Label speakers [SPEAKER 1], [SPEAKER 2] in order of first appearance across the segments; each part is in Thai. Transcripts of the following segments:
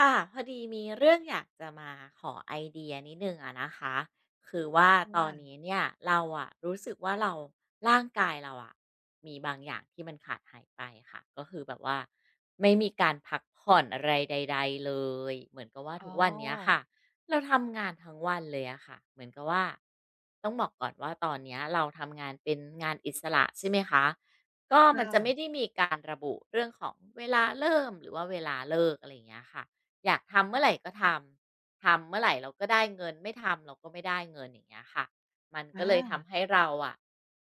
[SPEAKER 1] อ่ะพอดีมีเรื่องอยากจะมาขอไอเดียนิดนึงอะนะคะคือว่าตอน
[SPEAKER 2] ค่ะ
[SPEAKER 1] นี้เนี่ยเราอะรู้สึกว่าเราร่างกายเราอะมีบางอย่างที่มันขาดหายไปค่ะก็คือแบบว่าไม่มีการพักผ่อนอะไรใดๆเลยเหมือนกับว่า
[SPEAKER 2] อ๋อ
[SPEAKER 1] ทุกวันเนี้ยค่ะเราทำงานทั้งวันเลยอะค่ะเหมือนกับว่าต้องบอกก่อนว่าตอนเนี้ยเราทำงานเป็นงานอิสระใช่ไหมคะก็มันจะ
[SPEAKER 2] คะ
[SPEAKER 1] ไม่ได้มีการระบุเรื่องของเวลาเริ่มหรือว่าเวลาเลิกอะไรอย่างเงี้ยค่ะ อยากทำเมื่อไหร่ก็ทำเมื่อไหร่เราก็ได้เงินไม่ทำเราก็ไม่ได้เงินอย่างเงี้ยค่ะมันก็เลย
[SPEAKER 2] อา
[SPEAKER 1] ทำให้เราอะ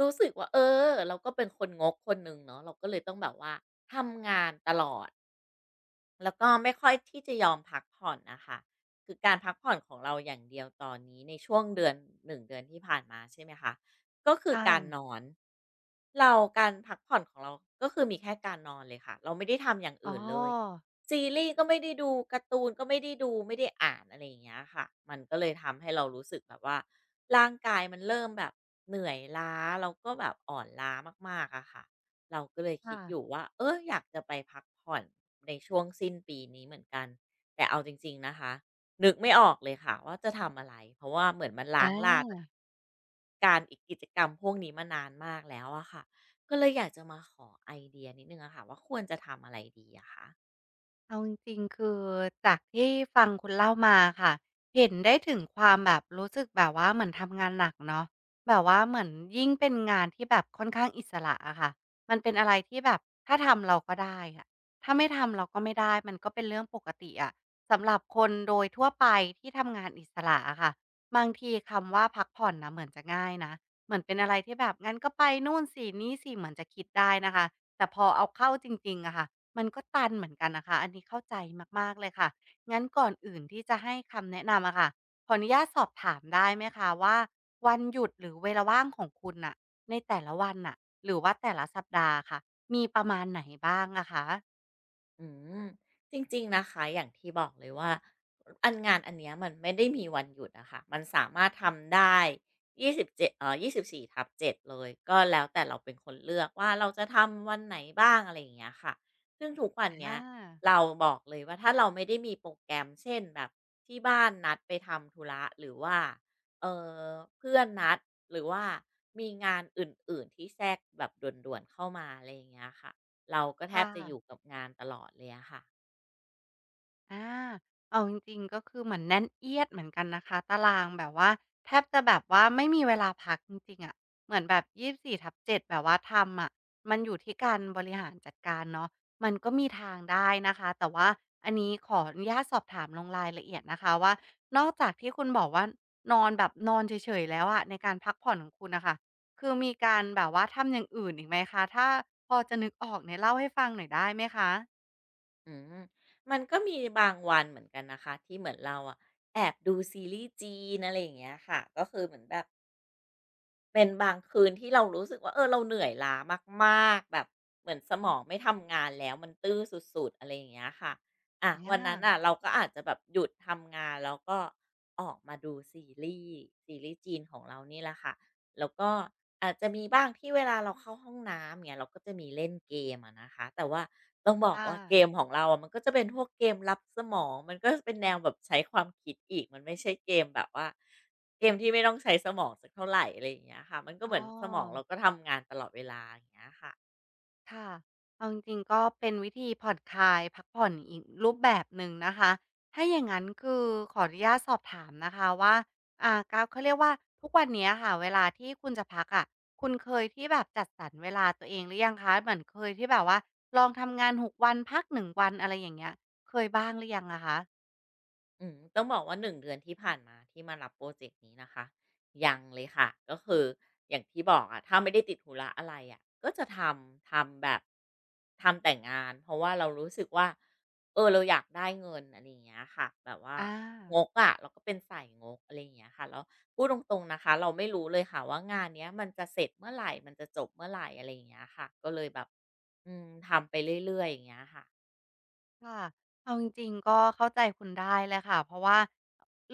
[SPEAKER 1] รู้สึกว่าเออเราก็เป็นคนงกคนหนึ่งเนาะเราก็เลยต้องแบบว่าทำงานตลอดแล้วก็ไม่ค่อยที่จะยอมพักผ่อนนะคะคือการพักผ่อนของเราอย่างเดียวตอนนี้ในช่วงเดือนหนึ่งเดือนที่ผ่านมาใช่ไหมคะก็คือการ
[SPEAKER 2] ค
[SPEAKER 1] นอน เราการพักผ่อนของเราก็คือมีแค่การนอนเลยค่ะเราไม่ได้ทำอย่าง
[SPEAKER 2] อ๋อ
[SPEAKER 1] อื่นเลยซีรีส์ก็ไม่ได้ดูการ์ตูนก็ไม่ได้ดูไม่ได้อ่านอะไรอย่างเงี้ยค่ะมันก็เลยทำให้เรารู้สึกแบบว่าร่างกายมันเริ่มแบบเหนื่อยล้าแล้วก็แบบอ่อนล้ามากๆอะค่ะเราก็เลยคิ
[SPEAKER 2] คะ
[SPEAKER 1] ดอยู่ว่าเอออยากจะไปพักผ่อนในช่วงสิ้นปีนี้เหมือนกันแต่เอาจริงๆนะคะนึกไม่ออกเลยค่ะว่าจะทำอะไรเพราะว่าเหมือนมันล้างลาา
[SPEAKER 2] อ
[SPEAKER 1] การอีกกิจกรรมพวกนี้มานานมากแล้วอะค่ะ ก็เลยอยากจะมาขอไอเดียนิดนึงอะค่ะว่าควรจะทำอะไรดีอะคะ
[SPEAKER 2] เอาจริงๆจากที่ฟังคุณเล่ามาค่ะเห็นได้ถึงความแบบรู้สึกแบบว่าเหมือนทำงานหนักเนาะแบบว่าเหมือนยิ่งเป็นงานที่แบบค่อนข้างอิสระอะค่ะมันเป็นอะไรที่แบบถ้าทำเราก็ได้อะถ้าไม่ทำเราก็ไม่ได้มันก็เป็นเรื่องปกติอะสำหรับคนโดยทั่วไปที่ทำงานอิสระอะค่ะบางทีคำว่าพักผ่อนนะเหมือนจะง่ายนะเหมือนเป็นอะไรที่แบบงั้นก็ไปนู่นสินี่สิเหมือนจะคิดได้นะคะ แต่พอเอาเข้าจริงๆอะค่ะมันก็ตันเหมือนกันนะคะ อันนี้เข้าใจมากๆเลยค่ะ งั้นก่อนอื่นที่จะให้คำแนะนำอะค่ะ ขออนุญาตสอบถามได้ไหมคะว่าวันหยุดหรือเวลาว่างของคุณน่ะในแต่ละวันน่ะหรือว่าแต่ละสัปดาห์ค่ะ มีประมาณไหนบ้างอะคะ
[SPEAKER 1] อืมจริงๆนะคะอย่างที่บอกเลยว่าอันงานอันเนี้ยมันไม่ได้มีวันหยุดอะค่ะมันสามารถทำได้ยี่สิบเจ็ดเอ่อ24/7เจ็ดเลยก็แล้วแต่เราเป็นคนเลือกว่าเราจะทำวันไหนบ้างอะไรอย่างเงี้ยค่ะซึ่งทุกวัน
[SPEAKER 2] อ
[SPEAKER 1] เนี้ย
[SPEAKER 2] า
[SPEAKER 1] เราบอกเลยว่าถ้าเราไม่ได้มีโปรแกรมเช่นแบบที่บ้านนัดไปทำธุระหรือว่าเออเพื่อนนัดหรือว่ามีงานอื่นๆที่แทรกแบบด่วนๆเข้ามาอะไรอย่างเงี้ยค่ะ เราก็แท
[SPEAKER 2] ค
[SPEAKER 1] บจะอยู่
[SPEAKER 2] ่ะ
[SPEAKER 1] กับงานตลอดเลยอะค่ะ
[SPEAKER 2] อาเอาจริงๆก็คือเหมือนแน่นเอียดเหมือนกันนะคะตารางแบบว่าแทบจะแบบว่าไม่มีเวลาพักจริงๆอะเหมือนแบบยี่สิบสี่ทับเจ็ดแบบว่าทำอะมันอยู่ที่การบริหารจัดการเนาะมันก็มีทางได้นะคะแต่ว่าอันนี้ขออนุญาตสอบถามลงรายละเอียดนะคะว่านอกจากที่คุณบอกว่านอนแบบนอนเฉยๆแล้วอะในการพักผ่อนของคุณนะคะคือมีการแบบว่าทำอย่างอื่นอีกไหมคะถ้าพอจะนึกออกเนี่ยเล่าให้ฟังหน่อยได้ไหมคะ
[SPEAKER 1] อืมมันก็มีบางวันเหมือนกันนะคะที่เหมือนเราอะแอบดูซีรีส์จีนอะไรอย่างเงี้ยค่ะก็คือเหมือนแบบ เป็นบางคืนที่เรารู้สึกว่าเออเราเหนื่อยล้ามากๆแบบเหมือนสมองไม่ทำงานแล้วมันตื้อสุดๆอะไรอย่างเงี้ยค่ะอาวันนั้น
[SPEAKER 2] อา
[SPEAKER 1] น่ะเราก็อาจจะแบบหยุดทำงานแล้วก็ออกมาดูซีรีส์จีนของเรานี่แหละค่ะแล้วก็อาจจะมีบ้างที่เวลาเราเข้าห้องน้ำเงี้ยเราก็จะมีเล่นเกมอะนะคะแต่ว่าต้องบอก
[SPEAKER 2] ค่ะ
[SPEAKER 1] ว่าเกมของเราอะมันก็จะเป็นพวกเกมลับสมองมันก็จะเป็นแนวแบบใช้ความคิดอีกมันไม่ใช่เกมแบบว่า เกมที่ไม่ต้องใช้สมองสักเท่าไรอะไรอย่างเงี้ยค่ะมันก็
[SPEAKER 2] อ๋
[SPEAKER 1] เห
[SPEAKER 2] อ
[SPEAKER 1] มือนสมองเราก็ทำงานตลอดเวลาอย่างเงี้ยค่ะ
[SPEAKER 2] ค่ะเอาจริงๆก็เป็นวิธีผ่อนคลายพักผ่อนอีกรูปแบบหนึ่งนะคะถ้าอย่างนั้นคือขออนุญาตสอบถามนะคะว่าอ่าก้าวเขาเรียกว่าทุกวันเนี้ยค่ะเวลาที่คุณจะพักอะคุณเคยที่แบบจัดสรรเวลาตัวเองหรือยังคะเหมือนเคยที่แบบว่าลองทำงานหกวันพักหนึ่งวันอะไรอย่างเงี้ยเคยบ้างหรือยังอะคะ
[SPEAKER 1] ต้องบอกว่า1เดือนที่ผ่านมาที่มารับโปรเจกต์นี้นะคะยังเลยค่ะก็คืออย่างที่บอกอะถ้าไม่ได้ติดธุระอะไรอะก็จะำทำแบบทำแต่งงานเพราะว่าเรารู้สึกว่าเออเราอยากได้เงินอะไรอย่างเงี้ยค่ะแบบว่า
[SPEAKER 2] อา
[SPEAKER 1] งกอะเราก็เป็นสายงกอะไรอย่างเงี้ยค่ะแล้วพูดตรงๆนะคะเราไม่รู้เลยค่ะว่างานเนี้ยมันจะเสร็จเมื่อไหรมันจะจบเมื่อไหรอะไรอย่างเงี้ยค่ะก็เลยแบบทำไปเรื่อยๆอย่างเงี้ยค่ะ
[SPEAKER 2] ค่ะเอาจริงๆก็เข้าใจคุณได้เลยค่ะเพราะว่า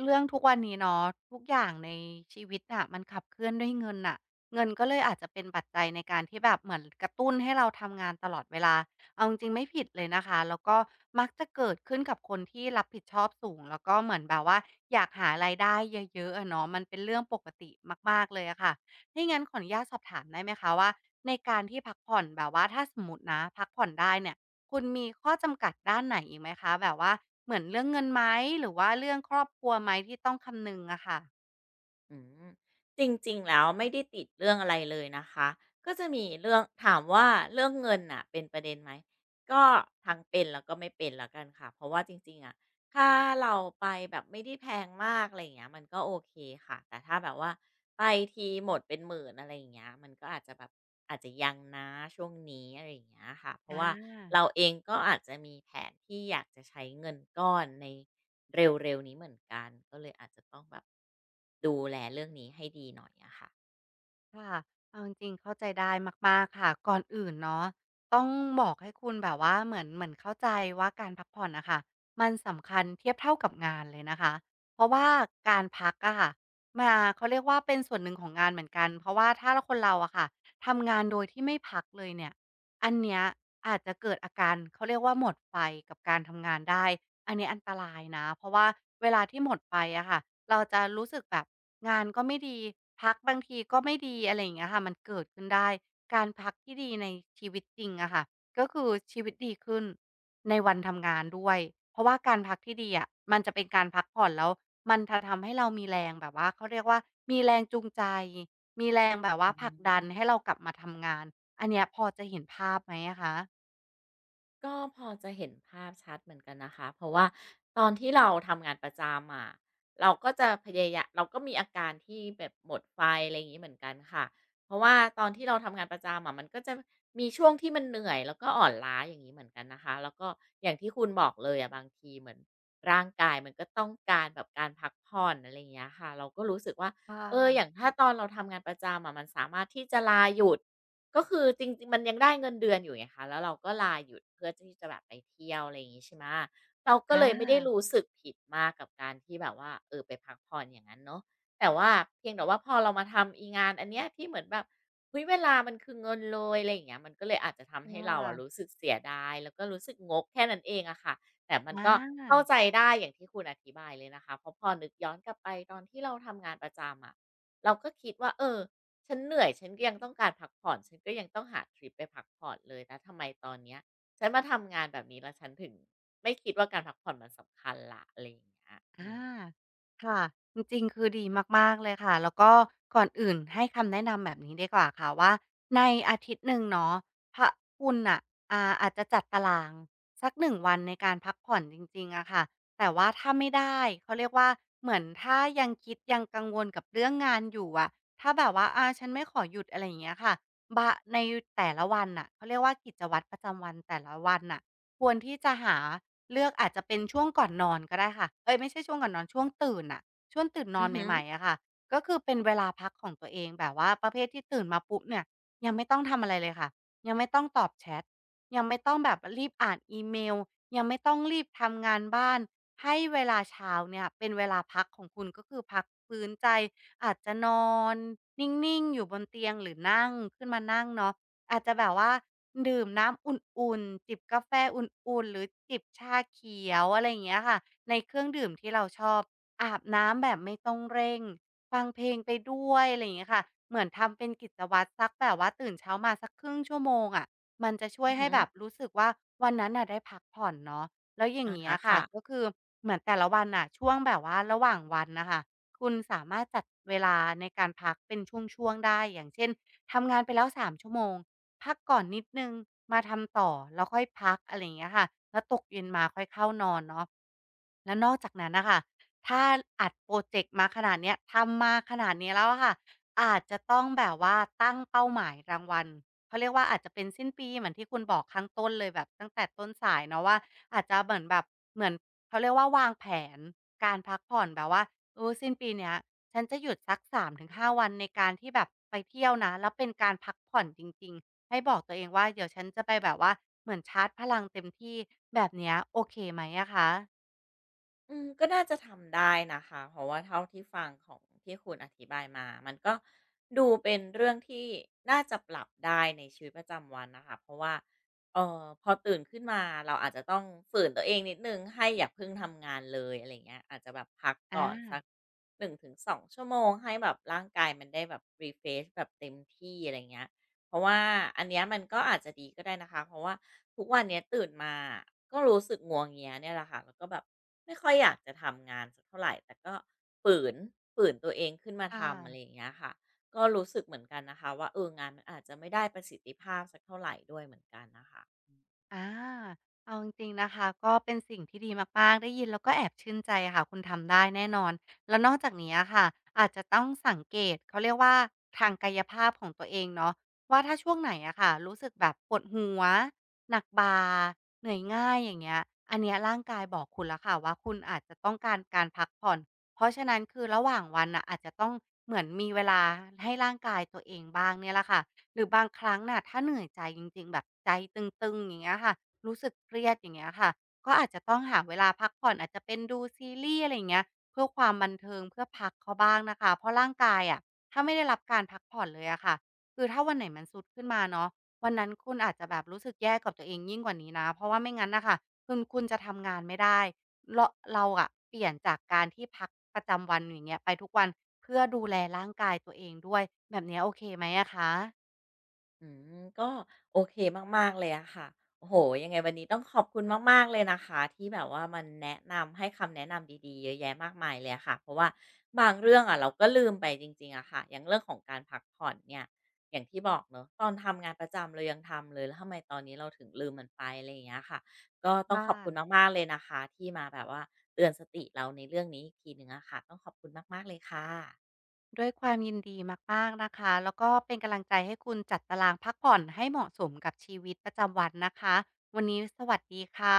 [SPEAKER 2] เรื่องทุกวันนี้เนาะทุกอย่างในชีวิตน่ะมันขับเคลื่อนด้วยเงินน่ะเงินก็เลยอาจจะเป็นปัจจัยในการที่แบบเหมือนกระตุ้นให้เราทำงานตลอดเวลาเอาจริงๆไม่ผิดเลยนะคะแล้วก็มักจะเกิดขึ้นกับคนที่รับผิดชอบสูงแล้วก็เหมือนแบบว่าอยากหารายได้เยอะๆอะเนาะมันเป็นเรื่องปกติมากๆเลยอะค่ะถ้าอย่างงั้นขออนุญาตสอบถามได้ไหมคะว่าในการที่พักผ่อนแบบว่าถ้าสมมุตินะพักผ่อนได้เนี่ย คุณมีข้อจำกัดด้านไหนอีกไหมคะแบบว่าเหมือนเรื่องเงินไหมหรือว่าเรื่องครอบครัวไหมที่ต้องคำนึงอะค่ะ
[SPEAKER 1] อืมจริงๆ แล้วไม่ได้ติดเรื่องอะไรเลยนะคะก็จะมีเรื่องถามว่าเรื่องเงินน่ะเป็นประเด็นไหมก็ทั้งเป็นแล้วก็ไม่เป็นแล้วกันค่ะเพราะว่าจริงๆอะถ้าเราไปแบบไม่ได้แพงมากอะไรอย่างเงี้ยมันก็โอเคค่ะแต่ถ้าแบบว่าไปทีหมดเป็นหมื่นอะไรอย่างเงี้ยมันก็อาจจะแบบอาจจะยังนะช่วงนี้อะไรอย่างเงี้ยค่ะเพราะ
[SPEAKER 2] อา
[SPEAKER 1] ว่าเราเองก็อาจจะมีแผนที่อยากจะใช้เงินก้อนใน เร็วๆนี้เหมือนกันก็เลยอาจจะต้องแบบดูแลเรื่องนี้ให้ดีหน่อยอะค่ะ
[SPEAKER 2] ค่ะเอาจริงๆเข้าใจได้มากๆค่ะก่อนอื่นเนาะต้องบอกให้คุณแบบว่าเหมือนเข้าใจว่าการพักผ่อนน่ะค่ะมันสำคัญเทียบเท่ากับงานเลยนะคะเพราะว่าการพักอะค่ะมาเขาเรียกว่าเป็นส่วนหนึ่งของงานเหมือนกันเพราะว่าถ้าลคนเราอะค่ะทำงานโดยที่ไม่พักเลยเนี่ย อันเนี้ยอาจจะเกิดอาการเขาเรียกว่าหมดไฟกับการทำงานได้ อันนี้อันตรายนะเพราะว่าเวลาที่หมดไฟอะค่ะเราจะรู้สึกแบบงานก็ไม่ดีพักบางทีก็ไม่ดีอะไรอย่างเงี้ยค่ะมันเกิดขึ้นได้การพักที่ดีในชีวิตจริงอะค่ะก็คือชีวิตดีขึ้นในวันทำงานด้วยเพราะว่าการพักที่ดีอะมันจะเป็นการพักผ่อนแล้วมันจะทำให้เรามีแรงแบบว่าเขาเรียกว่ามีแรงจูงใจมีแรงแบบว่า
[SPEAKER 1] อื
[SPEAKER 2] ผลักดันให้
[SPEAKER 1] ม
[SPEAKER 2] เรากลับมาทำงาน อันเนี้ยพอจะเห็นภาพไหมอะคะ
[SPEAKER 1] ก็พอจะเห็นภาพชัดเหมือนกันนะคะเพราะว่าตอนที่เราทำงานประจำอะเราก็จะพยายามเราก็มีอาการที่แบบหมดไฟอะไรอย่างนี้เหมือนกันค่ะเพราะว่าตอนที่เราทำงานประจำอะมันก็จะมีช่วงที่มันเหนื่อยแล้วก็อ่อนล้าอย่างนี้เหมือนกันนะคะแล้วก็อย่างที่คุณบอกเลยอะบางทีเหมือนร่างกายมันก็ต้องการแบบการพักผ่อนอะไรอย่างเงี้ยค่ะเราก็รู้สึกว่า
[SPEAKER 2] ค่
[SPEAKER 1] เอออย่าง
[SPEAKER 2] ะ
[SPEAKER 1] ถ้าตอนเราทำงานประจำอะมันสามารถที่จะลาหยุด ก็คือจริงๆมันยังได้เงินเดือนอยู่ไงคะแล้วเราก็ลาหยุดเพื่อที่จะแบบไปเที่ยวอะไรอย่างงี้ใช่ไหมเราก็เล
[SPEAKER 2] อา
[SPEAKER 1] ยไม่ได้รู้สึกผิดมากกับการที่แบบว่าเออไปพักผ่อนอย่างนั้นเนาะแต่ว่าเพียงแต่ว่าพอเรามาทำอีงานอันเนี้ยที่เหมือนแบบเฮ้ยเวลามันคือเงินเลยอะไรอย่างเงี้ยมันก็เลยอาจจะทำ
[SPEAKER 2] ค
[SPEAKER 1] ให้เราอะรู้
[SPEAKER 2] ่ะ
[SPEAKER 1] สึกเสียดายแล้วก็รู้สึกงกแค่นั้นเองอะค่ะแต่มันก็
[SPEAKER 2] อา
[SPEAKER 1] เข้าใจได้อย่างที่คุณอธิบายเลยนะคะเพราะพอนึกย้อนกลับไปตอนที่เราทำงานประจำอะเราก็คิดว่าเออ ฉันเหนื่อยฉันก็ยังต้องการพักผ่อน ฉันก็ยังต้องหาทริปไปพักผ่อนเลยแล้วทำไมตอนเนี้ยฉันมาทำงานแบบนี้แล้วฉันถึงไม่คิดว่าการพักผ่อนมันสำคัญละอะไรอย่างเงี้ยอื
[SPEAKER 2] อ่า
[SPEAKER 1] ม
[SPEAKER 2] ค่ะ จริงๆ คือดีมากๆ เลยค่ะ แล้วก็ก่อนอื่นให้คำแนะนำแบบนี้ดีกว่าค่ะว่าในอาทิตย์หนึ่งเนาะพระคุณอ่ะ อาอาจจะจัดตารางสัก1วันในการพักผ่อนจริงๆ อะค่ะ แต่ว่าถ้าไม่ได้เขาเรียกว่าเหมือนถ้ายังคิดยังกังวลกับเรื่องงานอยู่อะ ถ้าแบบว่าอาฉันไม่ขอหยุดอะไรอย่างเงี้ยค่ะบะในแต่ละวันน่ะเขาเรียกว่ากิจวัตรประจำวันแต่ละวันน่ะควรที่จะหา เลือกอาจจะเป็นช่วงก่อนนอนก็ได้ค่ะเอ้ยไม่ใช่ช่วงก่อนนอนช่วงตื่นน่ะช่วงตื่นน
[SPEAKER 1] อื
[SPEAKER 2] อน
[SPEAKER 1] อฮึ
[SPEAKER 2] ใหม่ๆอะค่ะก็คือเป็นเวลาพักของตัวเองแบบว่าประเภทที่ตื่นมาปุ๊บเนี่ยยังไม่ต้องทำอะไรเลยค่ะยังไม่ต้องตอบแชตยังไม่ต้องแบบรีบอ่านอีเมลยังไม่ต้องรีบทำงานบ้านให้เวลาเช้าเนี่ยเป็นเวลาพักของคุณก็คือพักฟื้นใจอาจจะนอนนิ่งๆอยู่บนเตียงหรือนั่งขึ้นมานั่งเนาะ อาจจะแบบว่าดื่มน้ำอุ่นๆจิบกาแฟอุ่นๆหรือจิบชาเขียวอะไรอย่างเงี้ยค่ะในเครื่องดื่มที่เราชอบอาบน้ำแบบไม่ต้องเร่งฟังเพลงไปด้วยอะไรอย่างเงี้ยค่ะเหมือนทำเป็นกิจวัตรสักแบบว่าตื่นเช้ามาสักครึ่งชั่วโมงอะมันจะช่วย
[SPEAKER 1] อือ
[SPEAKER 2] ให้
[SPEAKER 1] ฮึ
[SPEAKER 2] แบบรู้สึกว่าวันนั้นน่ะได้พักผ่อนเนาะแล้วอย่าง
[SPEAKER 1] อะ
[SPEAKER 2] เงี้ย
[SPEAKER 1] ฮะ
[SPEAKER 2] ค่ะก็
[SPEAKER 1] ค่ะ
[SPEAKER 2] คือเหมือนแต่ละวันน่ะช่วงแบบว่าระหว่างวันนะคะคุณสามารถจัดเวลาในการพักเป็นช่วงๆได้อย่างเช่นทำงานไปแล้ว3 ชั่วโมง พักก่อนนิดนึงมาทำต่อแล้วค่อยพักอะไรอย่างเงี้ยค่ะแล้วตกเย็นมาค่อยเข้านอนเนาะ แล้วนอกจากนั้นนะคะ ถ้าอัดโปรเจกต์มาขนาดเนี้ยทำมาขนาดนี้แล้วอะค่ะอาจจะต้องแบบว่าตั้งเป้าหมายรางวัลเขาเรียกว่าอาจจะเป็นสิ้นปีเหมือนที่คุณบอกข้างต้นเลยแบบตั้งแต่ต้นสายเนาะว่าอาจจะเหมือนแบบเหมือนเขาเรียกว่าวางแผนการพักผ่อนแบบว่าเออสิ้นปีเนี้ยฉันจะหยุดสัก3 ถึง 5 วันในการที่แบบไปเที่ยวนะแล้วเป็นการพักผ่อนจริงๆให้บอกตัวเองว่าเดี๋ยวฉันจะไปแบบว่าเหมือนชาร์จพลังเต็มที่แบบเนี้ยโอเคไหมอะคะ
[SPEAKER 1] อืมก็น่าจะทำได้นะคะเพราะว่าเท่าที่ฟังของที่คุณอธิบายมา มันก็ดูเป็นเรื่องที่น่าจะปรับได้ในชีวิตประจำวันนะคะเพราะว่าพอตื่นขึ้นมาเราอาจจะต้องฝืนตัวเองนิดนึงให้อย่าเพิ่งทำงานเลยอะไราเงี้ยอาจจะแบบพักก่อนสัก
[SPEAKER 2] อา
[SPEAKER 1] 1-2 ชั่วโมงชั่วโมงให้แบบร่างกายมันได้แบบ refresh แบบเต็มที่อะไรงเงี้ย เพราะว่าอันเนี้ยมันก็อาจจะดีก็ได้นะคะเพราะว่าทุกวันเนี้ยตื่นมาก็รู้สึกงัวเงียเนี่ยแหละค่ะแล้วก็แบบไม่ค่อยอยากจะทำงานสักเท่าไหร่แต่ก็ฝืนฝืนตัวเองขึ้นมา
[SPEAKER 2] ค่ะ
[SPEAKER 1] ทำอะไรอย่างเงี้ยค่ะก็รู้สึกเหมือนกันนะคะว่าเอองานมันอาจจะไม่ได้ประสิทธิภาพสักเท่าไหร่ด้วยเหมือนกันนะคะ
[SPEAKER 2] อาเอาจริงๆนะคะก็เป็นสิ่งที่ดีมากๆได้ยินแล้วก็แอบชื่นใจค่ะคุณทำได้แน่นอนแล้วนอกจากนี้อะค่ะอาจจะต้องสังเกตเขาเรียกว่าทางกายภาพของตัวเองเนาะว่าถ้าช่วงไหนอะค่ะรู้สึกแบบปวดหัวหนักบ่าเหนื่อยง่ายอย่างเงี้ยอันเนี้ยร่างกายบอกคุณแล้วค่ะว่าคุณอาจจะต้องการการพักผ่อนเพราะฉะนั้นคือระหว่างวันน่ะอาจจะต้องเหมือนมีเวลาให้ร่างกายตัวเองบ้างเนี่ยแหละค่ะ หรือบางครั้งน่ะถ้าเหนื่อยใจจริงๆแบบใจตึงๆอย่างเงี้ยค่ะรู้สึกเครียดอย่างเงี้ยค่ะก็อาจจะต้องหาเวลาพักผ่อนอาจจะเป็นดูซีรีส์อะไรอย่างเงี้ยเพื่อความบันเทิงเพื่อพักเขาบ้างนะคะเพราะร่างกายอะถ้าไม่ได้รับการพักผ่อนเลยอะค่ะคือถ้าวันไหนมันทรุดขึ้นมาเนาะวันนั้นคุณอาจจะแบบรู้สึกแย่กับตัวเองยิ่งกว่านี้นะเพราะว่าไม่งั้นน่ะค่ะคุณจะทำงานไม่ได้เราเราอะเปลี่ยนจากการที่พักประจำวันอย่างเงี้ยไปทุกวันเพื่อดูแลร่างกายตัวเองด้วยแบบเนี้ยโอเคไหมอะคะ
[SPEAKER 1] อืมก็โอเคมากๆเลยอะค่ะโอ้โฮยังไงวันนี้ต้องขอบคุณมากๆเลยนะคะที่แบบว่ามันแนะนำให้คำแนะนำดีๆเยอะแยะมากมายเลยอะค่ะเพราะว่าบางเรื่องอะเราก็ลืมไปจริงๆอะค่ะอย่างเรื่องของการพักผ่อนเนี่ยอย่างที่บอกเนาะตอนทำงานประจำเรายังทำเลยแล้วทำไมตอนนี้เราถึงลืมมันไปอะไรอย่างเงี้ยค่ะก็ต้อง
[SPEAKER 2] ค่ะ
[SPEAKER 1] ขอบคุณมากๆเลยนะคะที่มาแบบว่าเตือนสติเราในเรื่องนี้อีกทีหนึ่งอะค่ะต้องขอบคุณมากๆเลยค่ะ
[SPEAKER 2] ด้วยความยินดีมากๆนะคะ แล้วก็เป็นกำลังใจให้คุณจัดตารางพักผ่อนให้เหมาะสมกับชีวิตประจำวันนะคะ วันนี้สวัสดีค่ะ